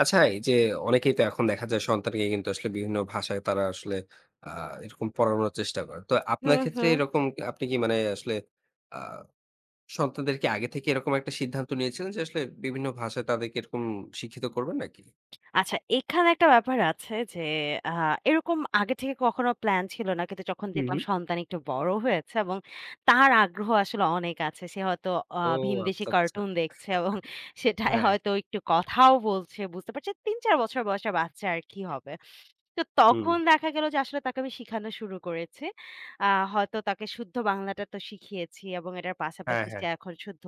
আচ্ছা, এই যে অনেকেই তো এখন দেখা যায় সন্তানকে কিন্তু আসলে বিভিন্ন ভাষায় তারা আসলে আ এরকম পড়ানোর চেষ্টা করে। তো আপনার হুম, ক্ষেত্রে হুম। এরকম আপনি কি মানে আসলে আ সন্তানদেরকে আগে থেকে এরকম একটা সিদ্ধান্ত নিয়েছিলেন যে আসলে বিভিন্ন ভাষায় তাদেরকে এরকম শিক্ষিত করবেন নাকি? আচ্ছা, এখানে একটা ব্যাপার আছে যে আ এরকম আগে থেকে কখনো প্ল্যান ছিল না। কিন্তু যখন হু, হু। দেখলাম সন্তান একটু বড় হয়েছে এবং তার আগ্রহ আসলে অনেক আছে। সে হয়তো আ ও ভিনদেশী আচ্ছা, আচ্ছা। কার্টুন দেখছে এবং সেটাই হ্যাঁ, হয়তো একটু কথাও বলছে। বুঝতে পারছে ৩-৪ বছর বয়সের বাচ্চা আর কি হবে। তো হুম। তখন দেখা গেল যে আসলে তাকে আমি শিখানো শুরু করেছি। আ হয়তো তাকে শুদ্ধ বাংলাটা তো শিখিয়েছি এবং এটার হ্যাঁ, পাশাপাশি হ্যাঁ। সে এখন শুদ্ধ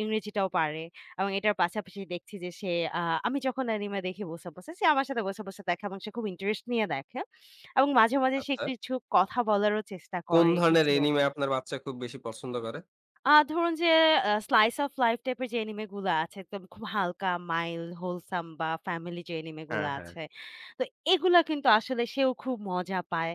ইংরেজিটাও পারে। এবং এটার পাশাপাশি দেখছি যে সে আ আমি যখন অ্যানিমে দেখি বসে, বসে, সে আমার সাথে বসে, বসে, দেখে এবং সে খুব ইন্টারেস্ট নিয়ে দেখে এবং মাঝে, মাঝে, সে আচ্ছা। কিছু কথা বলারও চেষ্টা কোন করে ধরনের কিছু। অ্যানিমে আপনার বাচ্চা খুব বেশি পছন্দ করে? ধরুন যে slice of life টাইপের যে অ্যানিমে গুলা আছে, একদম খুব হালকা, মাইল্ড, wholesome বা ফ্যামিলি যে অ্যানিমে হ্যাঁ, গুলা হ্যাঁ। আছে। তো এগুলা কিন্তু আসলে সেও খুব মজা পায়।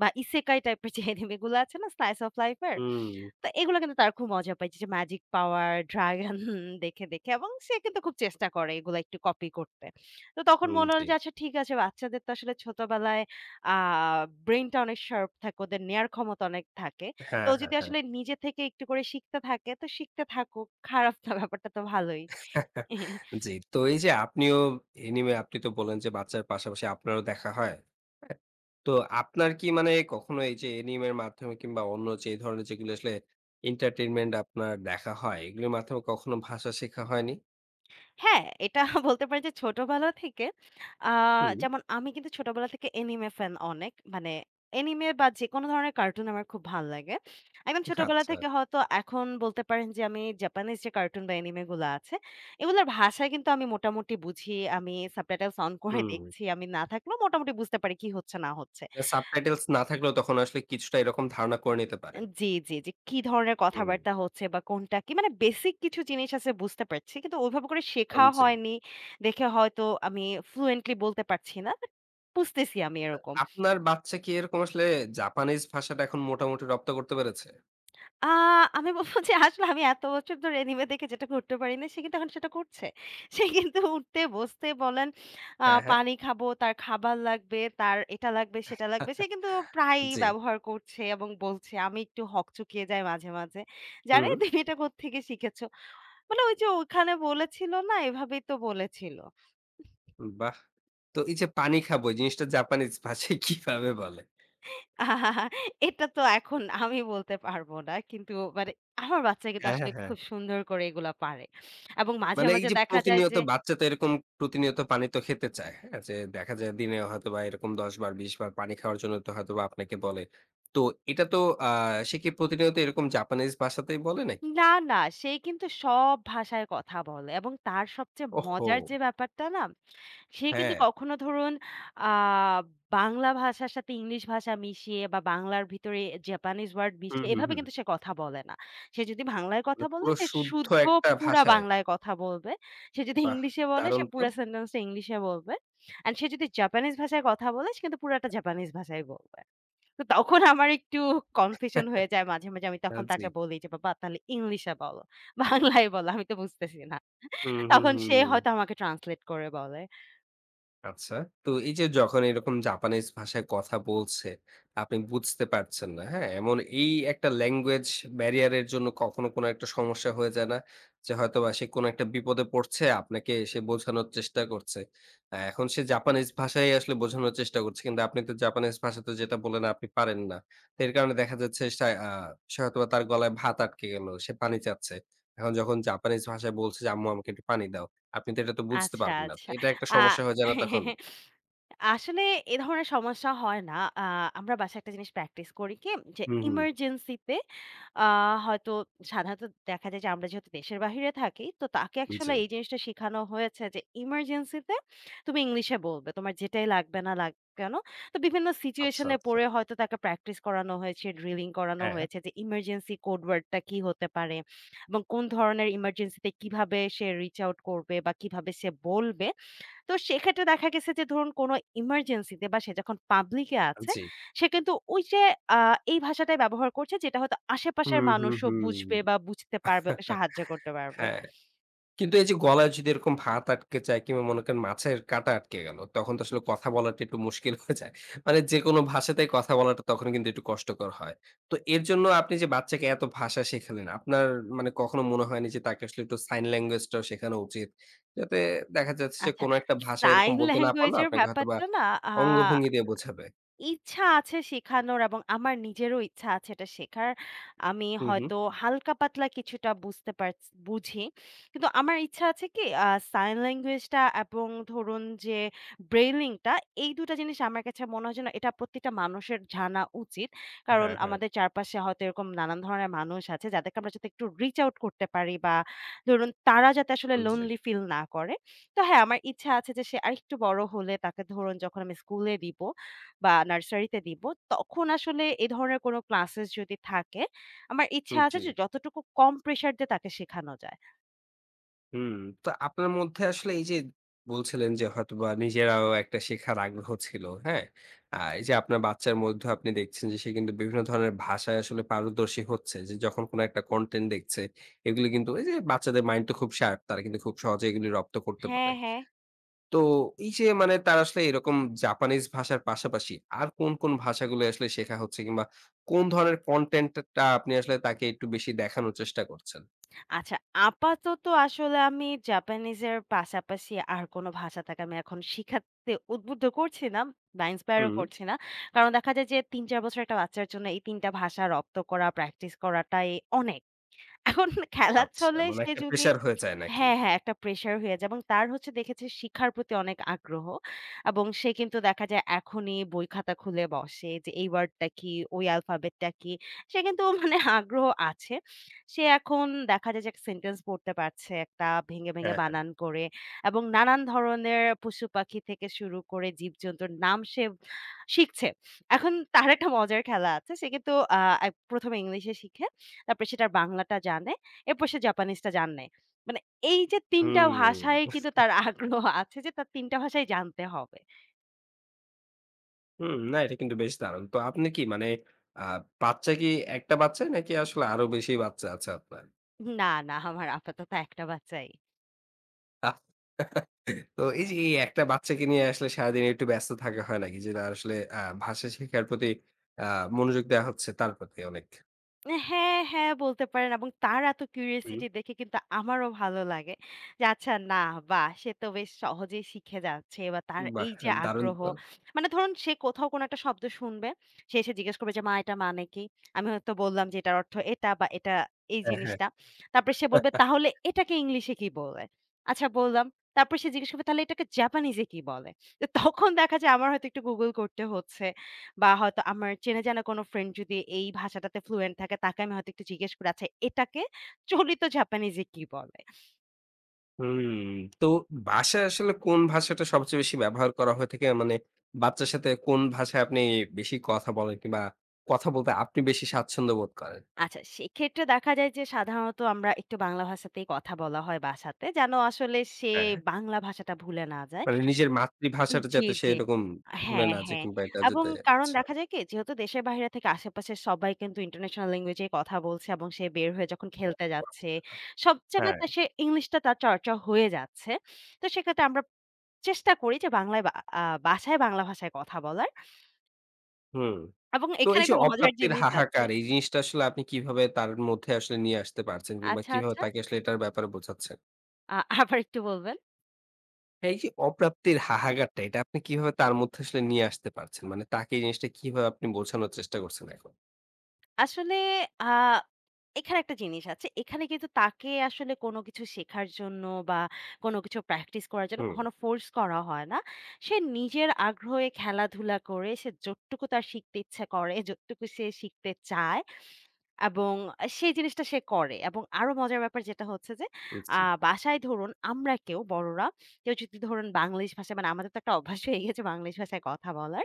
বা ইসেকাই টাইপের যে অ্যানিমে গুলা আছে না slice of life এর? হুম, তো এগুলো কিন্তু তার খুব মজা পায়। যে ম্যাজিক পাওয়ার, ড্রাগন দেখে, দেখে এবং সে কিন্তু খুব চেষ্টা করে এগুলো একটু কপি করতে। তো তখন হুম, মনে হলো জি। যে আচ্ছা ঠিক আছে, বাচ্চাদের তো আসলে ছোটবেলায় আ ব্রেইনটা অনেক শার্প থাকে, ওদের নেয়ার ক্ষমতা অনেক থাকে। তো হ্যাঁ, ও হ্যাঁ, যদি হ্যাঁ। আসলে নিজে থেকে একটু করে শিখতে থাকে, তো শিখতে থাকুক। খারাপ না, ব্যাপারটা তো ভালোই। জি, তো এই যে আপনিও এনিমে আপনি তো বললেন যে বাচ্চার পাশাপাশি আপনারও দেখা হয়। হ্যাঁ? তো আপনার কি মানে কখনো এই যে এনিমের মাধ্যমে কিংবা অন্য যে এই ধরনের যেগুলো আসলে এন্টারটেইনমেন্ট আপনার দেখা হয়, এগুলোর মাধ্যমে কখনো ভাষা শেখা হয়নি? হ্যাঁ, এটা বলতে পারি যে ছোটবেলা থেকে আ হুম। যেমন আমি কিন্তু ছোটবেলা থেকে অ্যানিমে ফ্যান অনেক। মানে অ্যানিমে বা যেকোনো ধরনের কার্টুন আমার খুব ভাল লাগে। একদম ছোটবেলা আচ্ছা, থেকে হয়তো এখন বলতে পারেন যে আমি জাপানিজ যে কার্টুন বা অ্যানিমে গুলা আছে, এগুলোর ভাষা কিন্তু আমি মোটামুটি বুঝি। আমি সাবটাইটেলস অন করে হুম। দেখছি। আমি না থাকলেও মোটামুটি বুঝতে পারি কি হচ্ছে না হচ্ছে। সাবটাইটেলস না থাকলেও তখন আসলে কিছুটা এরকম ধারণা করে নিতে পারেন। জি, জি, জি। কি ধরনের হুম। কথাবার্তা হচ্ছে বা কোনটা কি মানে বেসিক কিছু জিনিস আছে বুঝতে পারছি। কিন্তু ওইভাবে করে শেখা জি। হয়নি। দেখে হয়তো আমি ফ্লুয়েন্টলি বলতে পারছি না। বাট বুঝতেছি আমি তো এরকম। আপনার বাচ্চা কি এরকম আসলে জাপানিজ ভাষাটা এখন মোটামুটি রপ্ত করতে পেরেছে? আ আমি বলব যে আসলে আমি এত বছর ধরে এনিমে দেখে যেটা করতে পারি না সে কিন্তু এখন সেটা করছে। সে কিন্তু উঠতে বসতে বলেন হ্যাঁ, হ্যাঁ। পানি খাবো, তার খাবার লাগবে, তার এটা লাগবে, সেটা লাগবে। সে কিন্তু প্রায়ই জি। ব্যবহার করছে এবং বলছে। আমি একটু হকচকিয়ে যাই মাঝে, মাঝে। যে, "আরে হুম, তুমি এটা কোত্থেকে শিখেছ?" মানে ওই যে ওখানে বলেছিল না, এভাবেই তো বলেছিল। বাহ! তো এই যে পানি খাবো এই জিনিসটা জাপানিজ ভাষায় কিভাবে বলে? এটা তো এখন আমি বলতে পারব না। কিন্তু মানে আমার বাচ্চা কিন্তু হ্যাঁ, হ্যাঁ, আসলে হ্যাঁ। খুব সুন্দর করে এগুলা পারে। এবং মাঝে, মানে এই মাঝে যে দেখা যায় প্রতিনিয়ত যে বাচ্চা তো এরকম প্রতিনিয়ত পানি তো খেতে চায়। হ্যাঁ? যে দেখা যায় দিনে হয়তোবা এরকম ১০ বার ২০ বার পানি খাওয়ার জন্য তো হয়তোবা আপনাকে বলে। তো এটা তো আ সে কি প্রতিনিয়ত এরকম জাপানিজ ভাষাতেই বলে নাকি? না, না সে কিন্তু সব ভাষায় কথা বলে এবং তার সবচেয়ে ওহো! মজার যে ব্যাপারটা না সে কিন্তু হ্যাঁ। কখনো ধরুন আ বাংলা ভাষার সাথে ইংলিশ ভাষা মিশিয়ে বা বাংলার ভিতরে জাপানিজ ওয়ার্ড হুম, মিশিয়ে হুম, এভাবে হুম। কিন্তু সে কথা বলে না। সে যদি বাংলায় কথা মানে বলে পুরো সে শুদ্ধ শুদ্ধ একটা পুরা ভাষায়। বাংলায় কথা বলবে। সে যদি বাহ! ইংলিশে বলে দারুণ সে তো। পুরা সেন্টেন্সটা ইংলিশে বলবে। অ্যান্ড সে যদি জাপানিজ ভাষায় কথা বলে সে কিন্তু পুরাটা জাপানিজ ভাষায় বলবে। তো তখন আমার একটু কনফিউশন হয়ে যায় মাঝে, মাঝে আমি তখন জি। তাকে বলি যে, "বাবা, তাহলে ইংলিশে বলো। বাংলায় বলো, আমি তো বুঝতেছি না।" হুম, হুম, তখন সে হুম। হয়তো আমাকে ট্রান্সলেট করে বলে। আচ্ছা। তো এই যে যখন এরকম জাপানিজ ভাষায় কথা বলছে, আপনি বুঝতে পারছেন না, হ্যাঁ? এমন এই একটা ল্যাঙ্গুয়েজ ব্যারিয়ার এর জন্য কখনো কোনো একটা সমস্যা হয়ে যায় না? যে হয়তোবা সে কোনো একটা বিপদে পড়ছে, আপনাকে সে বোঝানোর চেষ্টা করছে। এখন সে জাপানিজ ভাষায় আসলে বোঝানোর চেষ্টা করছে। কিন্তু আপনি তো জাপানিজ ভাষাতে যেটা বললেন আপনি পারেন না। তো এর কারণে দেখা যাচ্ছে সা আ সে হয়তোবা তার গলায় ভাত আটকে গেল। সে পানি চাচ্ছে। এখন যখন জাপানিজ ভাষায় বলছে যে, "আম্মু আমাকে একটু পানি দাও।" আপনি তো এটা তো বুঝতে আচ্ছা, পারবেন না। তো আচ্ছা। এটা একটা আ সমস্যা হয়ে যায় না তখন? আসলে এ ধরনের সমস্যা হয় না। আ আমরা বাসায় একটা জিনিস প্র্যাকটিস করি কি? যে হুম, হুম। ইমার্জেন্সি তে আ হয়তো সাধারণত দেখা যায় যে আমরা যেহেতু দেশের বাহিরে থাকি, তো তাকে জি। আসলে এই জিনিসটা শিখানো হয়েছে যে ইমার্জেন্সি তে তুমি ইংলিশে বলবে। তোমার যেটাই লাগবে না লাগ কেন? তো বিভিন্ন আচ্ছা, সিচুয়েশন এ আচ্ছা। পড়ে হয়তো তাকে প্র্যাকটিস করানো হয়েছে, ড্রিলিং করানো হ্যাঁ, হয়েছে যে ইমার্জেন্সি কোড ওয়ার্ড টা কি হতে পারে? এবং কোন ধরনের emergency তে কিভাবে সে reach out করবে বা কিভাবে সে বলবে। তো সেক্ষেত্রে দেখা গেছে যে ধরুন কোনো emergency তে বা সে যখন পাবলিক এ আছে, জি। সে কিন্তু ওই যে আ এই ভাষাটাই ব্যবহার করছে যেটা হয়তো হুম, আশেপাশের হুম, মানুষও হুম। বুঝবে বা বুঝতে পারবে, ওকে সাহায্য করতে পারবে। হ্যাঁ। কিন্তু এই যে গলায় যদি এরকম ভাত আটকে যায় কিংবা মনে করেন মাছের কাঁটা আটকে গেল, তখন তো আসলে কথা বলাটা একটু মুশকিল হয়ে যায়। মানে যেকোনো ভাষাতেই কথা বলাটা তখন কিন্তু একটু কষ্টকর হয়। তো এর জন্য আপনি যে বাচ্চাকে এত ভাষা শেখালেন, আপনার মানে কখনো মনে হয়নি যে তাকে আসলে একটু সাইন ল্যাঙ্গুয়েজ টাও শেখানো উচিত? যাতে দেখা যাচ্ছে যে আচ্ছা, কোনো একটা ভাষা এরকম সাইন বলতে না ল্যাঙ্গুয়েজ পারলেও এর আপনাকে হয়তোবা ব্যাপারটা না অঙ্গভঙ্গি দিয়ে বোঝাবে। ইচ্ছা আছে শেখানোর এবং আমার নিজেরও ইচ্ছা আছে এটা শেখার। আমি হু, হু। হয়তো হালকা পাতলা কিছুটা বুঝতে পারছ বুঝি। কিন্তু আমার ইচ্ছা আছে কি সাইন ল্যাঙ্গুয়েজ টা এবং ধরুন যে ব্রেইলিং টা এই ২ টা জিনিস আমার কাছে মনে হয় যেন এটা প্রত্যেকটা মানুষের জানা উচিত। কারণ হ্যাঁ, হ্যাঁ। আমাদের চারপাশে হয়তো এরকম নানান ধরনের মানুষ আছে যাদেরকে আমরা যাতে একটু রিচ আউট করতে পারি বা ধরুন তারা যাতে আসলে জি, লোনলি ফিল না করে। তো হ্যাঁ, আমার ইচ্ছা আছে যে সে আরেকটু বড় হলে তাকে ধরুন যখন আমি স্কুলে দিব বা নার্সারিতে দিব, তখন আসলে এ ধরনের কোনো ক্লাসেস যদি থাকে, আমার ইচ্ছা আছে জি। যে যতটুকু কম প্রেশার দিয়ে তাকে শেখানো যায়। হুম, তো আপনার মধ্যে আসলে এই যে বলছিলেন যে হয়তোবা নিজেরাও একটা শেখার আগ্রহ ছিল, হ্যাঁ? এই যে আপনার বাচ্চার মধ্যে আপনি দেখছেন যে সে কিন্তু বিভিন্ন ধরনের ভাষায় আসলে পারদর্শী হচ্ছে। যে যখন কোনো একটা কনটেন্ট দেখছে, এগুলো কিন্তু এই যে বাচ্চাদের মাইন্ড তো খুব শার্প। তারা কিন্তু খুব সহজে এগুলি রপ্ত করতে পারে। হ্যাঁ, হ্যাঁ। তো এই যে মানে তারা আসলে এরকম জাপানিজ ভাষার পাশাপাশি আর কোন, কোন ভাষাগুলো আসলে শেখা হচ্ছে কিংবা কোন ধরনের কনটেন্ট টা আপনি আসলে তাকে একটু বেশি দেখানোর চেষ্টা করছেন? আচ্ছা, আপাতত আসলে আমি জাপানিজের পাশাপাশি আর কোনো ভাষা তাকে আমি এখন শিখাতে উদ্বুদ্ধ করছি না বা ইন্সপায়ার ও হুম, করছি না। কারণ দেখা যায় যে ৩-৪ বছরের একটা বাচ্চার জন্য এই ৩ টা ভাষা রপ্ত করা, প্র্যাকটিস করাটাই অনেক। এখন খেলার আচ্ছা ছলে মানে সে একটা যদি প্রেশার হয়ে যায় নাকি? হ্যাঁ, হ্যাঁ, একটা প্রেশার হয়ে যায় এবং তার হচ্ছে দেখেছি শিখার প্রতি অনেক আগ্রহ এবং সে কিন্তু দেখা যায় এখনই বই খাতা খুলে বসে যে এই ওয়ার্ডটা কি, ওই অ্যালফাবেটটা কি? সে কিন্তু মানে আগ্রহ আছে। সে এখন দেখা যায় যে একটা সেন্টেন্স পড়তে পারছে একটা ভেঙে, ভেঙে হ্যাঁ, হ্যাঁ। বানান করে এবং নানান ধরনের পশু-পাখি থেকে শুরু করে জীবজন্তুর নাম সে শিখছে। এখন তার একটা মজার খেলা আছে। সে কিন্তু এক প্রথম এ ইংলিশে শিখে, তারপরে সে তার বাংলাটা জানে, এরপর সে জাপানিজটা জানে। মানে এই যে ৩ টা হুম, ভাষায় কিন্তু তার আগ্রহ আছে যে তার ৩ টা ভাষাই জানতে হবে। হুম। না এটা কিন্তু বেশ দারুণ। তো আপনি কি মানে আ বাচ্চা কি ১ টা বাচ্চা নাকি আসলে আরো বেশি বাচ্চা আছে আপনার? না, না, আমার আপাতত একটা বাচ্চাই। আহ! তো এই যে এই একটা বাচ্চাকে নিয়ে আসলে সারাদিন একটু ব্যস্ত থাকা হয় নাকি? যেটা আসলে ভাষা শেখার প্রতি আ মনোযোগ দেওয়া হচ্ছে তার প্রতি অনেক। হ্যাঁ, হ্যাঁ বলতে পারেন, এবং তার এত হুম, কিউরিওসিটি দেখে কিন্তু আমারও ভালো লাগে। যে আচ্ছা না, বাহ! সে তো বেশ সহজেই শিখে যাচ্ছে বা তার বাহ! এই যে দারুণ আগ্রহ, তো। মানে ধরুন সে কোথাও কোনো একটা শব্দ শুনবে, সে এসে জিজ্ঞেস করবে যে, "মা, এটা মানে কি?" আমি হয়তো বললাম যে এটার অর্থ এটা বা এটা এই হ্যাঁ, হ্যাঁ। জিনিসটা। তারপরে সে বলবে, "তাহলে এটাকে ইংলিশে কি বলে?" আচ্ছা, বললাম। তারপর সে জিজ্ঞেস করবে, "তাহলে এটাকে জাপানিজে কি বলে?" তো তখন দেখা যায় আমার হয়তো একটু গুগল করতে হচ্ছে। বা হয়তো আমার চেনা-জানা কোনো ফ্রেন্ড যদি এই ভাষাটাতে ফ্লুয়েন্ট থাকে, তাকে আমি হয়তো একটু জিজ্ঞেস করি, "আচ্ছা, এটাকে চলিত জাপানিজে কি বলে?" হুম, তো বাসায় আসলে কোন ভাষাটা সবচেয়ে বেশি ব্যবহার করা হয়ে থাকে? মানে বাচ্চার সাথে কোন ভাষায় আপনি বেশি কথা বলেন কিংবা কথা বলতে আপনি বেশি স্বাচ্ছন্দ্য বোধ করেন? আচ্ছা, সেক্ষেত্রে দেখা যায় যে সাধারণত আমরা একটু বাংলা ভাষাতেই কথা বলা হয় বাসাতে যেন আসলে সে হ্যাঁ। বাংলা ভাষাটা ভুলে না যায়। মানে নিজের মাতৃভাষাটা জি, যাতে সে জি। এরকম ভুলে হ্যাঁ, না যায় হ্যাঁ। কিংবা এটা এবং যাতে কারণ আচ্ছা। দেখা যায় কি যেহেতু দেশের বাইরে থেকে আশেপাশের সবাই কিন্তু ইন্টারন্যাশনাল ল্যাঙ্গুয়েজ এ কথা বলছে এবং সে বের হয়ে যখন খেলতে ও যাচ্ছে, আচ্ছা। সব জায়গায় হ্যাঁ। তার সে ইংলিশটা তার চর্চা হয়ে যাচ্ছে। তো সেক্ষেত্রে আমরা চেষ্টা করি যে বাংলায় বা আ বাসায় বাংলা ভাষায় কথা বলার। হুম, এবং তো এখানে এই যে একটা মজার অপ্রাপ্তির জিনিস আছে। হাহাকার এই জিনিসটা আসলে আপনি কিভাবে তার মধ্যে আসলে নিয়ে আসতে পারছেন কিংবা আচ্ছা, কিভাবে আচ্ছা। তাকে আসলে এটার ব্যাপারে বোঝাচ্ছেন? আ আবার একটু বলবেন? এই যে অপ্রাপ্তির হাহাকারটা এটা আপনি কিভাবে তার মধ্যে আসলে নিয়ে আসতে পারছেন? মানে তাকে এই জিনিসটা কিভাবে আপনি বোঝানোর চেষ্টা করছেন এখন? আসলে আ এখানে একটা জিনিস আছে। এখানে কিন্তু তাকে আসলে কোনো কিছু শেখার জন্য বা কোনো কিছু প্র্যাকটিস করার জন্য হুম, কখনো ফোর্স করা হয় না। সে নিজের আগ্রহে খেলাধুলা করে, সে যতটুকু তার শিখতে ইচ্ছা করে, যতটুকু সে শিখতে চায় এবং সেই জিনিসটা সে করে এবং আরো মজার ব্যাপার যেটা হচ্ছে যে, আ জি। বাসায় ধরুন আমরা কেউ বড়রা, কেউ যদি ধরুন বাংলিশ ভাষায়, মানে আমাদের তো একটা অভ্যাস হয়ে গেছে বাংলিশ ভাষায় কথা বলার।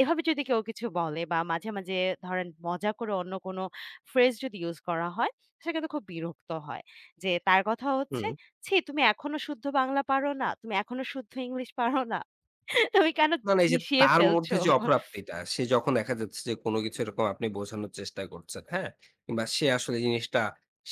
এভাবে যদি কেউ কিছু বলে বা মাঝে, মাঝে ধরেন মজা করে অন্য কোনো ফ্রেজ যদি ইউস করা হয়, সে কিন্তু খুব বিরক্ত হয়। যে তার কথা হচ্ছে, হুম। "ছি, তুমি এখনো শুদ্ধ বাংলা পারো না? তুমি এখনো শুদ্ধ ইংলিশ পারো না? তুমি কেন মানে এই যে মিশিয়ে তার মধ্যে ফেলছো?" যে অপ্রাপ্তিটা সে যখন দেখা যাচ্ছে যে কোন কিছু এরকম আপনি বোঝানোর চেষ্টা করছেন, হ্যাঁ? কিংবা সে আসলে জিনিসটা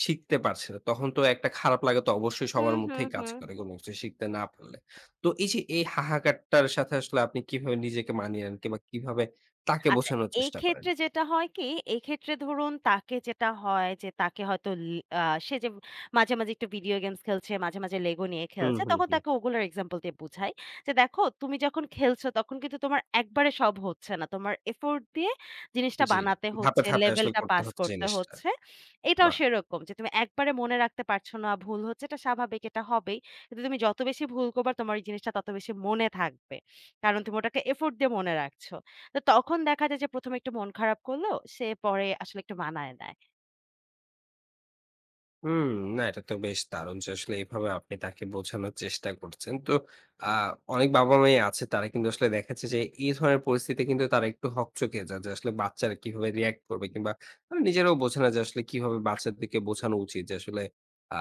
শিখতে পারছে না। তখন তো একটা খারাপ লাগা তো অবশ্যই হুম, সবার হুম, মধ্যেই কাজ হুম। করে কোন কিছু শিখতে না পারলে। তো এই যে এই হাহাকারটার সাথে আসলে আপনি কিভাবে নিজেকে মানিয়ে নেন কিংবা কিভাবে তাকে আচ্ছা, বোঝানোর এই চেষ্টা করেন? ক্ষেত্রে যেটা হয় কি, এই ক্ষেত্রে ধরুন তাকে যেটা হয় যে তাকে হয়তো লি সে যে মাঝে, মাঝে একটু ভিডিও গেমস খেলছে, মাঝে, মাঝে LEGO নিয়ে হুম, খেলছে, হুম, তখন হুম। তাকে ওগুলোর এক্সাম্পল দিয়ে বুঝাই যে, "দেখো, তুমি যখন খেলছো তখন কিন্তু তোমার একবারে সব হচ্ছে না। তোমার এফোর্ট দিয়ে জিনিসটা জি, বানাতে ধাপে, হচ্ছে, ধাপে আসলে লেভেলটা করতে পাস হচ্ছে করতে জিনিসটা। হচ্ছে।" এটাও বাহ! সেরকম যে তুমি একবারে মনে রাখতে পারছো না, ভুল হচ্ছে, এটা স্বাভাবিক, এটা হবেই। কিন্তু তুমি যত বেশি ভুল করবা তোমার এই জিনিসটা তত বেশি মনে থাকবে। কারণ তুমি ওটাকে এফোর্ট দিয়ে মনে রাখছো। তো তখন দেখা যায় যে প্রথম এ একটু মন খারাপ করলেও সে পরে আসলে একটু মানায় নেয়। হুম, না এটা তো বেশ দারুণ যে আসলে এভাবে আপনি তাকে বোঝানোর চেষ্টা করছেন। তো আ অনেক বাবা-মাই আছে তারা কিন্তু আসলে দেখাচ্ছে যে এই ধরনের পরিস্থিতিতে কিন্তু তারা একটু হকচকিয়ে যায় যে আসলে বাচ্চারা কিভাবে রিঅ্যাক্ট করবে কিংবা মানে নিজেরাও বোঝে না যে আসলে কিভাবে বাচ্চাদেরকে বোঝানো উচিত যে আসলে আ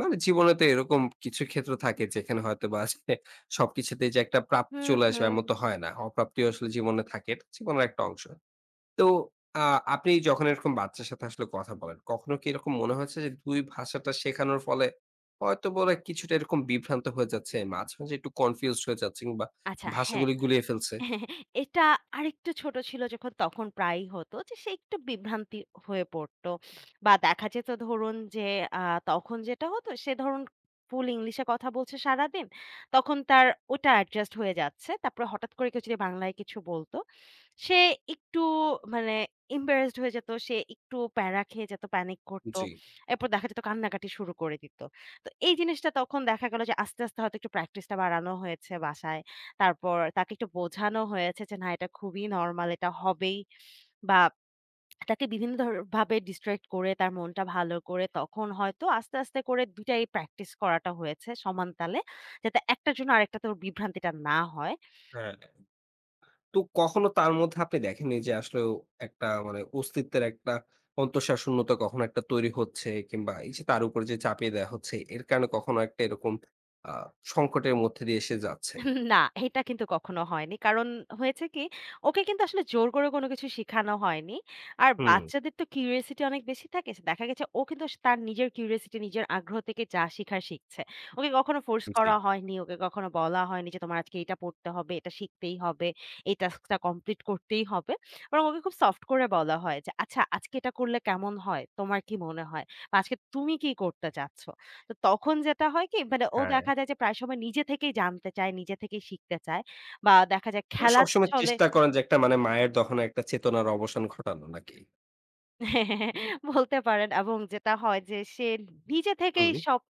মানে জীবনে তো এরকম কিছু ক্ষেত্র থাকে যেখানে হয়তোবা আসলে সবকিছুতেই যে একটা প্রাপ্তি হুম, চলে আসবে হুম। এমন তো হয় না। অপ্রাপ্তিও আসলে জীবনে থাকে। এটা জীবনের একটা অংশ। তো আ আপনি যখন এরকম বাচ্চার সাথে আসলে কথা বলেন, কখনো কি এরকম মনে হয়েছে যে ২ ভাষাটা শেখানোর ফলে হয়তোবা ওরা কিছুটা এরকম বিভ্রান্ত হয়ে যাচ্ছে, মাঝে, মাঝে একটু কনফিউজড হয়ে যাচ্ছে কিংবা আচ্ছা, হ্যাঁ। ভাষাগুলি গুলিয়ে ফেলছে? হ্যাঁ, এটা আরেকটু ছোট ছিল যখন, তখন প্রায়ই হতো যে সে একটু বিভ্রান্তি হয়ে পড়তো। বা দেখা যেত ধরুন যে আ তখন যেটা হতো সে ধরুন ফুল ইংলিশে কথা বলছে সারাদিন। তখন তার ওটা অ্যাডজাস্ট হয়ে যাচ্ছে। তারপরে হঠাৎ করে কেউ যদি বাংলায় কিছু বলত, সে একটু মানে embarrassed হয়ে যেত। সে একটু প্যারা খেয়ে যেত, প্যানিক করত। জি। এরপর দেখা যেত কান্নাকাটি শুরু করে দিত। তো এই জিনিসটা তখন দেখা গেল যে আস্তে, আস্তে হয়তো একটু প্র্যাকটিসটা বাড়ানো হয়েছে বাসায়। তারপর তাকে একটু বোঝানো হয়েছে যে, "না, এটা খুবই নরমাল, এটা হবেই।" বা তাকে বিভিন্ন ধর ভাবে distract করে তার মনটা ভালো করে তখন হয়তো আস্তে, আস্তে করে ২ টাই প্র্যাকটিস করাটা হয়েছে সমান তালে। যাতে একটার জন্য আরেকটাতে ওর বিভ্রান্তিটা না হয়। হ্যাঁ। তো কখনো তার মধ্যে আপনি দেখেননি যে আসলে একটা মানে অস্তিত্বের একটা অন্তঃসারশূন্যতা কখনো একটা তৈরি হচ্ছে কিংবা এই যে তার উপরে যে চাপিয়ে দেয়া হচ্ছে এর কারণে কখনো একটা এরকম আ সংকটের মধ্যে দিয়ে সে যাচ্ছে? না, এটা কিন্তু কখনো হয়নি। কারণ হয়েছে কি, ওকে কিন্তু আসলে জোর করে কোনো কিছু শিখানো হয়নি। আর হুম, বাচ্চাদের তো কিউরিওসিটি অনেক বেশি থাকে। দেখা গেছে ও কিন্তু স তার নিজের কিউরিওসিটি, নিজের আগ্রহ থেকে যা শিখার শিখছে। ওকে কখনো ফোর্স জি। করা হয়নি, ওকে কখনো বলা হয়নি যে, "তোমার আজকে এটা পড়তে হবে, এটা শিখতেই হবে, এই টাস্কটা কমপ্লিট করতেই হবে।" বরং ওকে খুব সফট করে বলা হয় যে, "আচ্ছা, আজকে এটা করলে কেমন হয়? তোমার কি মনে হয়? বা আজকে তুমি কি করতে চাচ্ছ?" তো তখন যেটা হয় কি, মানে ও হ্যাঁ। দেখা যায় যে প্রায় সময় নিজে থেকেই জানতে চায়, নিজে থেকেই শিখতে চায়। বা দেখা যায় মানে খেলার সবসময় ছলে চেষ্টা করেন যে একটা মানে মায়ের দহনে একটা চেতনার অবসান ঘটানো নাকি? বলতে পারেন, এবং যেটা হয় যে সে নিজে থেকেই হুম। সব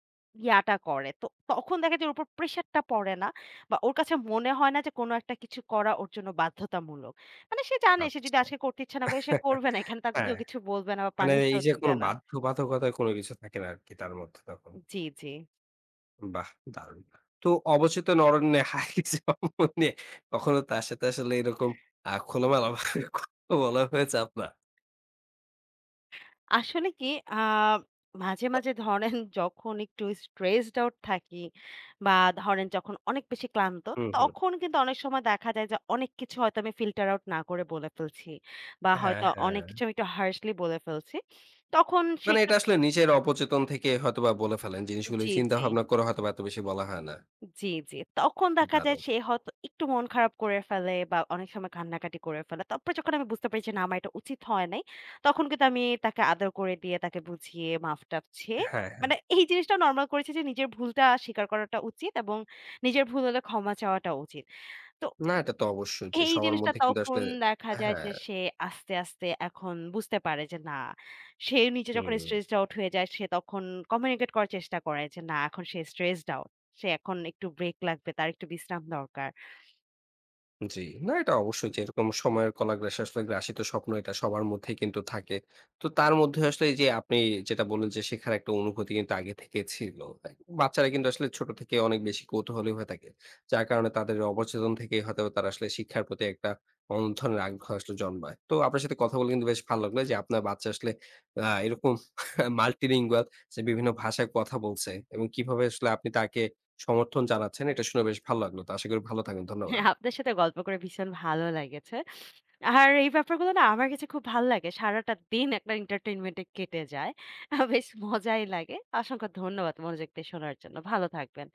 ইয়াটা করে। তো তখন দেখা যায় ওর উপর প্রেশারটা পড়ে না বা ওর কাছে মনে হয় না যে কোনো একটা কিছু করা ওর জন্য বাধ্যতামূলক। মানে সে জানে সে যদি আচ্ছা। আজকে করতে ইচ্ছা না করে সে করবে না। এখানে তাকে হ্যাঁ, কেউ কিছু বলবে না বা মানে এই পানিশও যে দিবে কোনো না। বাধ্যবাধকতায় কোনো কিছু থাকে না আরকি তার মধ্যে তখন। জি, জি। বাহ! দারুণ। তো অবচেতন অরণ্যে হারিয়ে যাওয়া মন নিয়ে কখনো তার সাথে আসলে এরকম খোলামেলাভাবে কথা বলা হয়েছে আপনার? আসলে কি আ মাঝে, মাঝে ধরেন যখন একটু stressed out থাকি বা ধরেন যখন অনেক বেশি ক্লান্ত, হুম, হুম। তখন কিন্তু অনেক সময় দেখা যায় যে অনেক কিছু হয়তো আমি filter out না করে বলে ফেলছি। বা হ্যাঁ, হয়তো হ্যাঁ। অনেক কিছু আমি একটু harshly বলে ফেলছি। তখন সে মানে একটু এটা আসলে নিজের অপচেতন থেকে হয়তোবা বলে ফেলেন। জিনিসগুলো জি, চিন্তা জি। ভাবনা করে হয়তোবা এত বেশি বলা হয় না। জি, জি। তখন দেখা যায় দারুণ। সে হয়তো একটু মন খারাপ করে ফেলে বা অনেক সময় কান্নাকাটি করে ফেলে। তারপরে যখন আমি বুঝতে পারি যে না আমার এটা উচিত হয় নাই, তখন কিন্তু আমি তাকে আদর করে দিয়ে তাকে বুঝিয়ে মাফ-টাফ চেয়ে হ্যাঁ, হ্যাঁ। মানে এই জিনিসটা নরমাল করেছি যে নিজের ভুলটা স্বীকার করাটা উচিত এবং নিজের ভুল হলে ক্ষমা চাওয়াটা উচিত। তো না, এটা তো অবশ্যই যে এই সবার জিনিসটা মধ্যে কিন্তু আসলে তখন দেখা যায় হ্যাঁ, যে সে আস্তে, আস্তে এখন বুঝতে পারে যে না, সে নিজে যখন হুম। স্ট্রেসড আউট হয়ে যায় সে তখন কমিউনিকেট করার চেষ্টা করে যে না এখন সে স্ট্রেসড আউট। সে এখন একটু ব্রেক লাগবে, তার একটু বিশ্রাম দরকার। জি। না এটা অবশ্যই যে এরকম সময়ের কলাগ্রাসে আসলে গ্রাসিত স্বপ্ন এটা সবার মধ্যেই কিন্তু থাকে। তো তার মধ্যে আসলে এই যে আপনি যেটা বললেন যে শেখার একটা অনুভূতি কিন্তু আগে থেকে ছিল। তাই না? বাচ্চারা কিন্তু আসলে ছোট থেকে অনেক বেশি কৌতূহলী হয়ে থাকে। যার কারণে তাদের অবচেতন থেকেই হয়তোবা তারা আসলে শিক্ষার প্রতি একটা অন্য ধরনের আগ্রহ আসলে জন্মায়। তো আপনার সাথে কথা বলে কিন্তু বেশ ভালো লাগলো যে আপনার বাচ্চা আসলে এরকম multilingual যে বিভিন্ন ভাষায় কথা বলছে এবং কিভাবে আসলে আপনি তাকে সমর্থন জানাচ্ছেন এটা শুনে বেশ ভালো লাগলো। তো আশা করি ভালো থাকবেন। হ্যাঁ, ধন্যবাদ। আপনার সাথে গল্প করে ভীষণ ভালো লেগেছে। আর এই ব্যাপারগুলো না আমার কাছে খুব ভাল লাগে। সারাটা দিন একটা entertainment এ কেটে যায়। বেশ মজাই লাগে। অসংখ্য ধন্যবাদ মনোযোগ দিয়ে শোনার জন্য। ভালো থাকবেন।